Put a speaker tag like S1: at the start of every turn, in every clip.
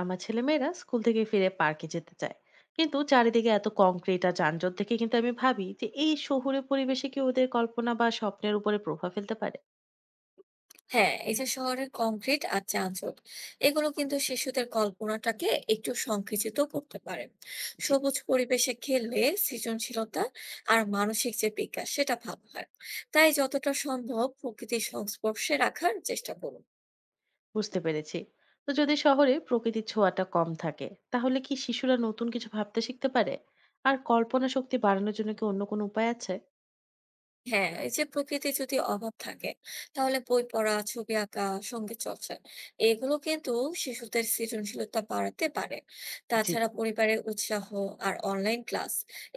S1: আমার ছেলেমেয়েরা স্কুল থেকে ফিরে পার্কে যেতে চায়, কিন্তু চারিদিকে এত কংক্রিট আর যানজট দেখে কিন্তু আমি ভাবি যে এই শহুরে পরিবেশে কি ওদের কল্পনা বা স্বপ্নের উপরে প্রভাব ফেলতে পারে।
S2: হ্যাঁ, এই যে শহরের কংক্রিট আর যানজট এগুলো কিন্তু শিশুদের কল্পনাটাকে একটু সংকুচিত করতে পারে।
S1: জি।
S2: সবুজ পরিবেশে খেললে সৃজনশীলতা আর মানসিক যে বিকাশ সেটা ভালো হয়। তাই যতটা সম্ভব প্রকৃতির সংস্পর্শে রাখার চেষ্টা করুন।
S1: বুঝতে পেরেছি। তো যদি শহরে প্রকৃতির ছোঁয়াটা কম থাকে তাহলে কি শিশুরা নতুন কিছু ভাবতে শিখতে পারে? আর কল্পনা শক্তি বাড়ানোর জন্য কি অন্য কোনো উপায় আছে?
S2: হ্যাঁ, এই যে প্রকৃতির যদি অভাব থাকে, তাহলে বই পড়া, ছবি আঁকা, সঙ্গীত চর্চা এগুলো কিন্তু শিশুদের সৃজনশীলতা বাড়াতে পারে।
S1: জি।
S2: তাছাড়া পরিবারের উৎসাহ আর অনলাইন ক্লাস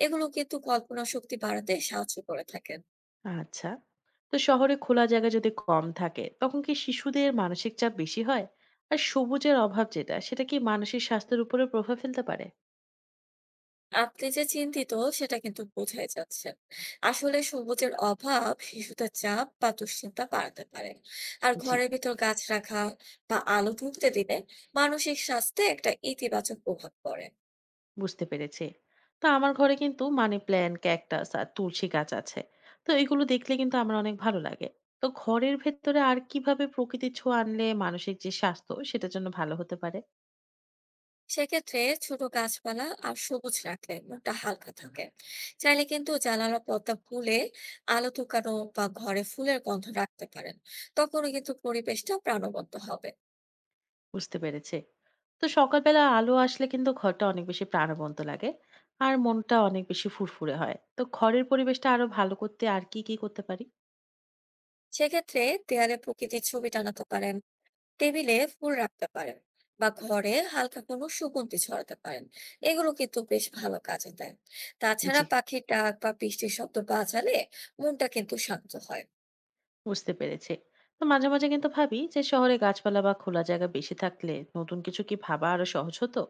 S2: এগুলো কিন্তু কল্পনা শক্তি বাড়াতে সাহায্য করে থাকেন।
S1: আচ্ছা। তো শহরে খোলা জায়গা যদি কম থাকে তখন কি শিশুদের মানসিক চাপ বেশি হয়? আর সবুজের অভাব যেটা সেটা কি মানসিক স্বাস্থ্যের উপরে প্রভাব ফেলতে পারে?
S2: আপনি যে চিন্তিত সেটা কিন্তু বোঝাই যাচ্ছে। আসলে সবুজের অভাব শিশুদের চাপ বা দুশ্চিন্তা বাড়াতে পারে। আর
S1: জি।
S2: ঘরের ভিতর গাছ রাখা বা আলো ঢুকতে দিলে মানসিক স্বাস্থ্যে একটা ইতিবাচক প্রভাব পড়ে।
S1: বুঝতে পেরেছি। তো আমার ঘরে কিন্তু মানি প্ল্যান্ট, ক্যাকটাস আর তুলসী গাছ আছে। তো এগুলো দেখলে কিন্তু আমার অনেক ভালো লাগে। তো ঘরের ভেতরে আর কিভাবে প্রকৃতির ছোঁয়া আনলে মানসিক যে স্বাস্থ্য সেটার জন্য ভালো হতে পারে?
S2: সেক্ষেত্রে ছোট গাছপালা আর সবুজ রাখলে মনটা হালকা থাকে। চাইলে কিন্তু জানালার পর্দা খুলে আলো ঢুকানো বা ঘরে ফুলের গন্ধ রাখতে পারেন, তখনও কিন্তু পরিবেশটা প্রাণবন্ত হবে।
S1: বুঝতে পেরেছি। তো সকালবেলা আলো আসলে কিন্তু ঘরটা অনেক বেশি প্রাণবন্ত লাগে আর মনটা অনেক বেশি ফুরফুরে হয়। তো ঘরের পরিবেশটা আরো ভালো করতে আর কি কি করতে পারি?
S2: সেক্ষেত্রে দেয়ালে প্রকৃতির ছবি টানাতে পারেন, টেবিলে ফুল রাখতে পারেন বা ঘরে হালকা কোনো সুগন্ধি ছড়াতে পারেন। এগুলো কিন্তু বেশ ভালো কাজে দেয়। তাছাড়া
S1: জি।
S2: পাখির ডাক বা বৃষ্টির শব্দ বাজালে মনটা কিন্তু শান্ত হয়।
S1: বুঝতে পেরেছি। তো মাঝে মাঝে কিন্তু ভাবি যে শহরে গাছপালা বা খোলা জায়গা বেশি থাকলে নতুন কিছু কি ভাবা আরো সহজ হতো।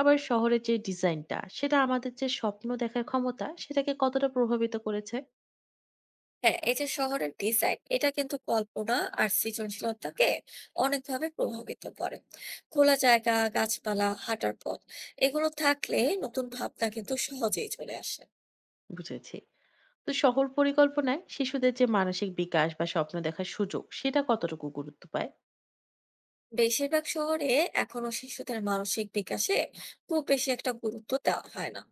S1: আবার শহরের যে ডিজাইনটা সেটা আমাদের যে স্বপ্ন দেখার ক্ষমতা সেটাকে কতটা প্রভাবিত করেছে?
S2: হ্যাঁ, এই যে শহরের ডিজাইন এটা কিন্তু কল্পনা আর সৃজনশীলতাকে অনেকভাবে প্রভাবিত করে। খোলা জায়গা, গাছপালা, হাঁটার পথ এগুলো থাকলে নতুন ভাবনা কিন্তু সহজেই চলে আসে।
S1: বুঝেছি। তো শহর পরিকল্পনায় শিশুদের যে মানসিক বিকাশ বা স্বপ্ন দেখার সুযোগ সেটা কতটুকু গুরুত্ব পায়?
S2: বেশিরভাগ শহরে এখনো শিশুদের মানসিক বিকাশে খুব বেশি একটা গুরুত্ব দেওয়া হয় না।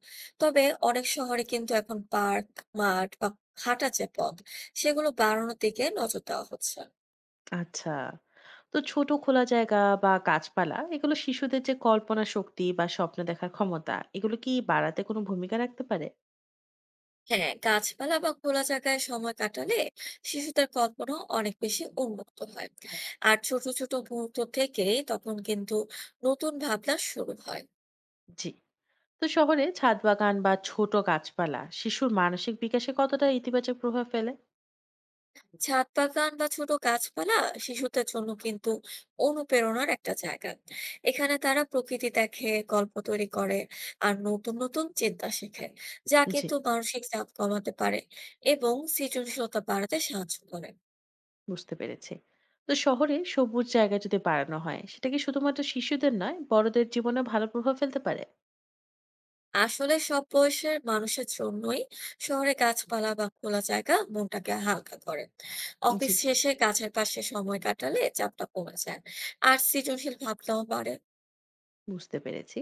S2: তবে অনেক শহরে কিন্তু এখন পার্ক, মাঠ বা হাঁটা যে পথ সেগুলো বাড়ানোর দিকে নজর দেওয়া হচ্ছে।
S1: আচ্ছা। তো ছোট খোলা জায়গা বা গাছপালা এগুলো শিশুদের যে কল্পনা শক্তি বা স্বপ্ন দেখার ক্ষমতা এগুলো কি বাড়াতে কোনো ভূমিকা রাখতে পারে?
S2: হ্যাঁ, গাছপালা বা খোলা জায়গায় সময় কাটালে শিশুদের কল্পনা অনেক বেশি উন্মুক্ত হয়। আর ছোট ছোট মুহূর্ত থেকেই তখন কিন্তু নতুন ভাবনা শুরু হয়।
S1: জি। তো শহরে ছাদ বাগান বা ছোট গাছপালা শিশুর মানসিক বিকাশে কতটা ইতিবাচক প্রভাব ফেলে?
S2: ছাদ বাগান বা ছোট গাছপালা শিশুদের জন্য কিন্তু অনুপ্রেরণার একটা জায়গা। এখানে তারা প্রকৃতি দেখে গল্প তৈরি করে আর নতুন নতুন চিন্তা শেখে, যা
S1: জি।
S2: কিন্তু মানসিক চাপ কমাতে পারে এবং সৃজনশীলতা বাড়াতে সাহায্য করে।
S1: বুঝতে পেরেছি। তো শহরে সবুজ জায়গা যদি বাড়ানো হয় সেটা কি শুধুমাত্র শিশুদের নয় বড়দের জীবনে ভালো প্রভাব ফেলতে পারে?
S2: আসলে সব বয়সের মানুষের জন্যই শহরে গাছপালা বা খোলা জায়গা মনটাকে হালকা করে।
S1: জি।
S2: অফিস শেষে গাছের পাশে সময় কাটালে চাপটা কমে যায় আর সৃজনশীল ভাবনাও বাড়ে।
S1: বুঝতে পেরেছি।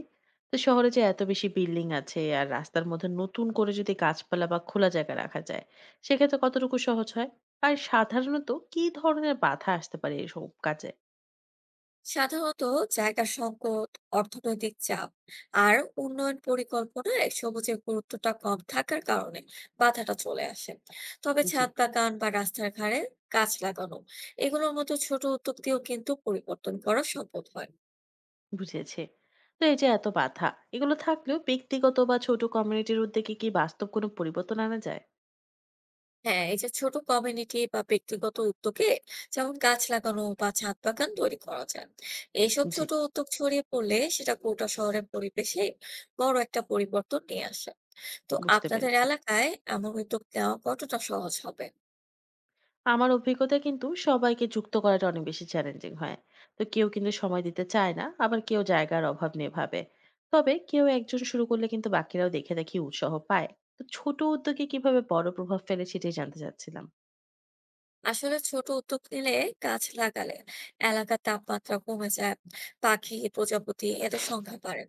S1: তো শহরে যে এত বেশি বিল্ডিং আছে আর রাস্তার মধ্যে নতুন করে যদি গাছপালা বা খোলা জায়গা রাখা যায়, সেক্ষেত্রে কতটুকু সহজ হয়? আর সাধারণত কি ধরনের বাধা আসতে পারে এসব কাজে?
S2: সাধারণত জায়গার সংকট, অর্থনৈতিক চাপ আর উন্নয়ন পরিকল্পনায় সবুজের গুরুত্বটা কম থাকার কারণে বাধাটা চলে আসে। তবে
S1: জি।
S2: ছাদ বাগান বা রাস্তার ধারে গাছ লাগানো এগুলোর মতো ছোট উদ্যোগ দিয়েও কিন্তু পরিবর্তন করা সম্ভব হয়।
S1: বুঝেছি। তো এই যে এত বাধা, এগুলো থাকলেও ব্যক্তিগত বা ছোট কমিউনিটির উদ্যোগে কি বাস্তব কোনো পরিবর্তন আনা যায়?
S2: হ্যাঁ, এই যে ছোট কমিউনিটি বা ব্যক্তিগত উদ্যোগে যেমন গাছ লাগানো বা ছাদ বাগান তৈরি করা যায়। এইসব
S1: জি।
S2: ছোট উদ্যোগ ছড়িয়ে পড়লে সেটা গোটা শহরের পরিবেশে বড় একটা পরিবর্তন নিয়ে আসে। তো
S1: বুঝতে
S2: আপনাদের
S1: পেরেছে।
S2: এলাকায় এমন উদ্যোগ নেওয়া কতটা সহজ হবে?
S1: আমার অভিজ্ঞতা কিন্তু সবাইকে যুক্ত করাটা অনেক বেশি চ্যালেঞ্জিং হয়। তো কেউ কিন্তু সময় দিতে চায় না, আবার কেউ জায়গার অভাব নিয়ে ভাবে। তবে কেউ একজন শুরু করলে কিন্তু বাকিরাও দেখে দেখি উৎসাহ পায়। তো ছোট উদ্যোগে কিভাবে বড় প্রভাব ফেলে সেটাই জানতে চাচ্ছিলাম।
S2: আসলে ছোট উদ্যোগ নিলে, গাছ লাগালে এলাকার তাপমাত্রা কমে যায়, পাখি প্রজাপতি এদের সংখ্যা বাড়ে,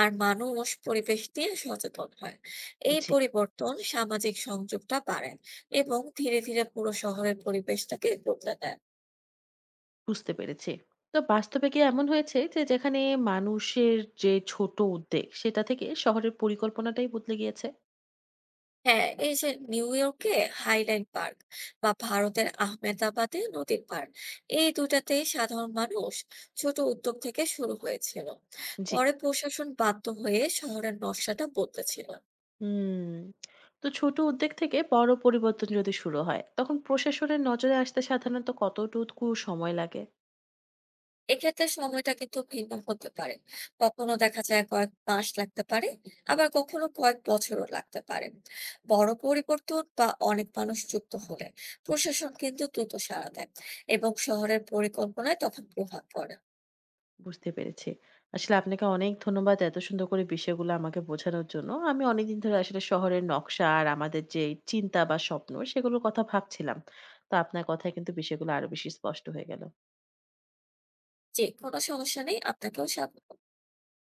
S2: আর মানুষ পরিবেশ নিয়ে সচেতন হয়। এই
S1: জি।
S2: পরিবর্তন সামাজিক সংযোগটা বাড়ে এবং ধীরে ধীরে পুরো শহরের পরিবেশটাকে বদলে দেয়।
S1: বুঝতে পেরেছি। তো বাস্তবে কি এমন হয়েছে যে যেখানে মানুষের যে ছোট উদ্যোগ সেটা থেকে শহরের পরিকল্পনাটাই বদলে গিয়েছে?
S2: হ্যাঁ, এই যে নিউ ইয়র্কে হাইল্যান্ড পার্ক বা ভারতের আহমেদাবাদে নদীর পার্ক, এই দুটাতে সাধারণ মানুষ ছোট উদ্যোগ থেকে শুরু হয়েছিল,
S1: জি।
S2: পরে প্রশাসন বাধ্য হয়ে শহরের নকশাটা বদলেছিল।
S1: হুম। তো ছোট উদ্যোগ থেকে বড় পরিবর্তন যদি শুরু হয় তখন প্রশাসনের নজরে আসতে সাধারণত কতটুকু সময় লাগে?
S2: এক্ষেত্রে সময়টা কিন্তু ভিন্ন হতে পারে। কখনো দেখা যায় কয়েক মাস লাগতে পারে, আবার কখনো কয়েক বছরও লাগতে পারে। বড় পরিবর্তন বা অনেক মানুষ যুক্ত হলে প্রশাসন কিন্তু দ্রুত সাড়া দেয় এবং শহরের পরিকল্পনায় তখন প্রভাব পড়ে।
S1: বুঝতে পেরেছি। আসলে আপনাকে অনেক ধন্যবাদ এত সুন্দর করে বিষয়গুলো আমাকে বোঝানোর জন্য। আমি অনেকদিন ধরে আসলে শহরের নকশা আর আমাদের যে চিন্তা বা স্বপ্ন সেগুলোর কথা ভাবছিলাম। তো আপনার কথায় কিন্তু বিষয়গুলো আরো বেশি স্পষ্ট হয়ে গেল।
S2: যে কোনো সমস্যা নেই, আপনাকেও স্বাগত।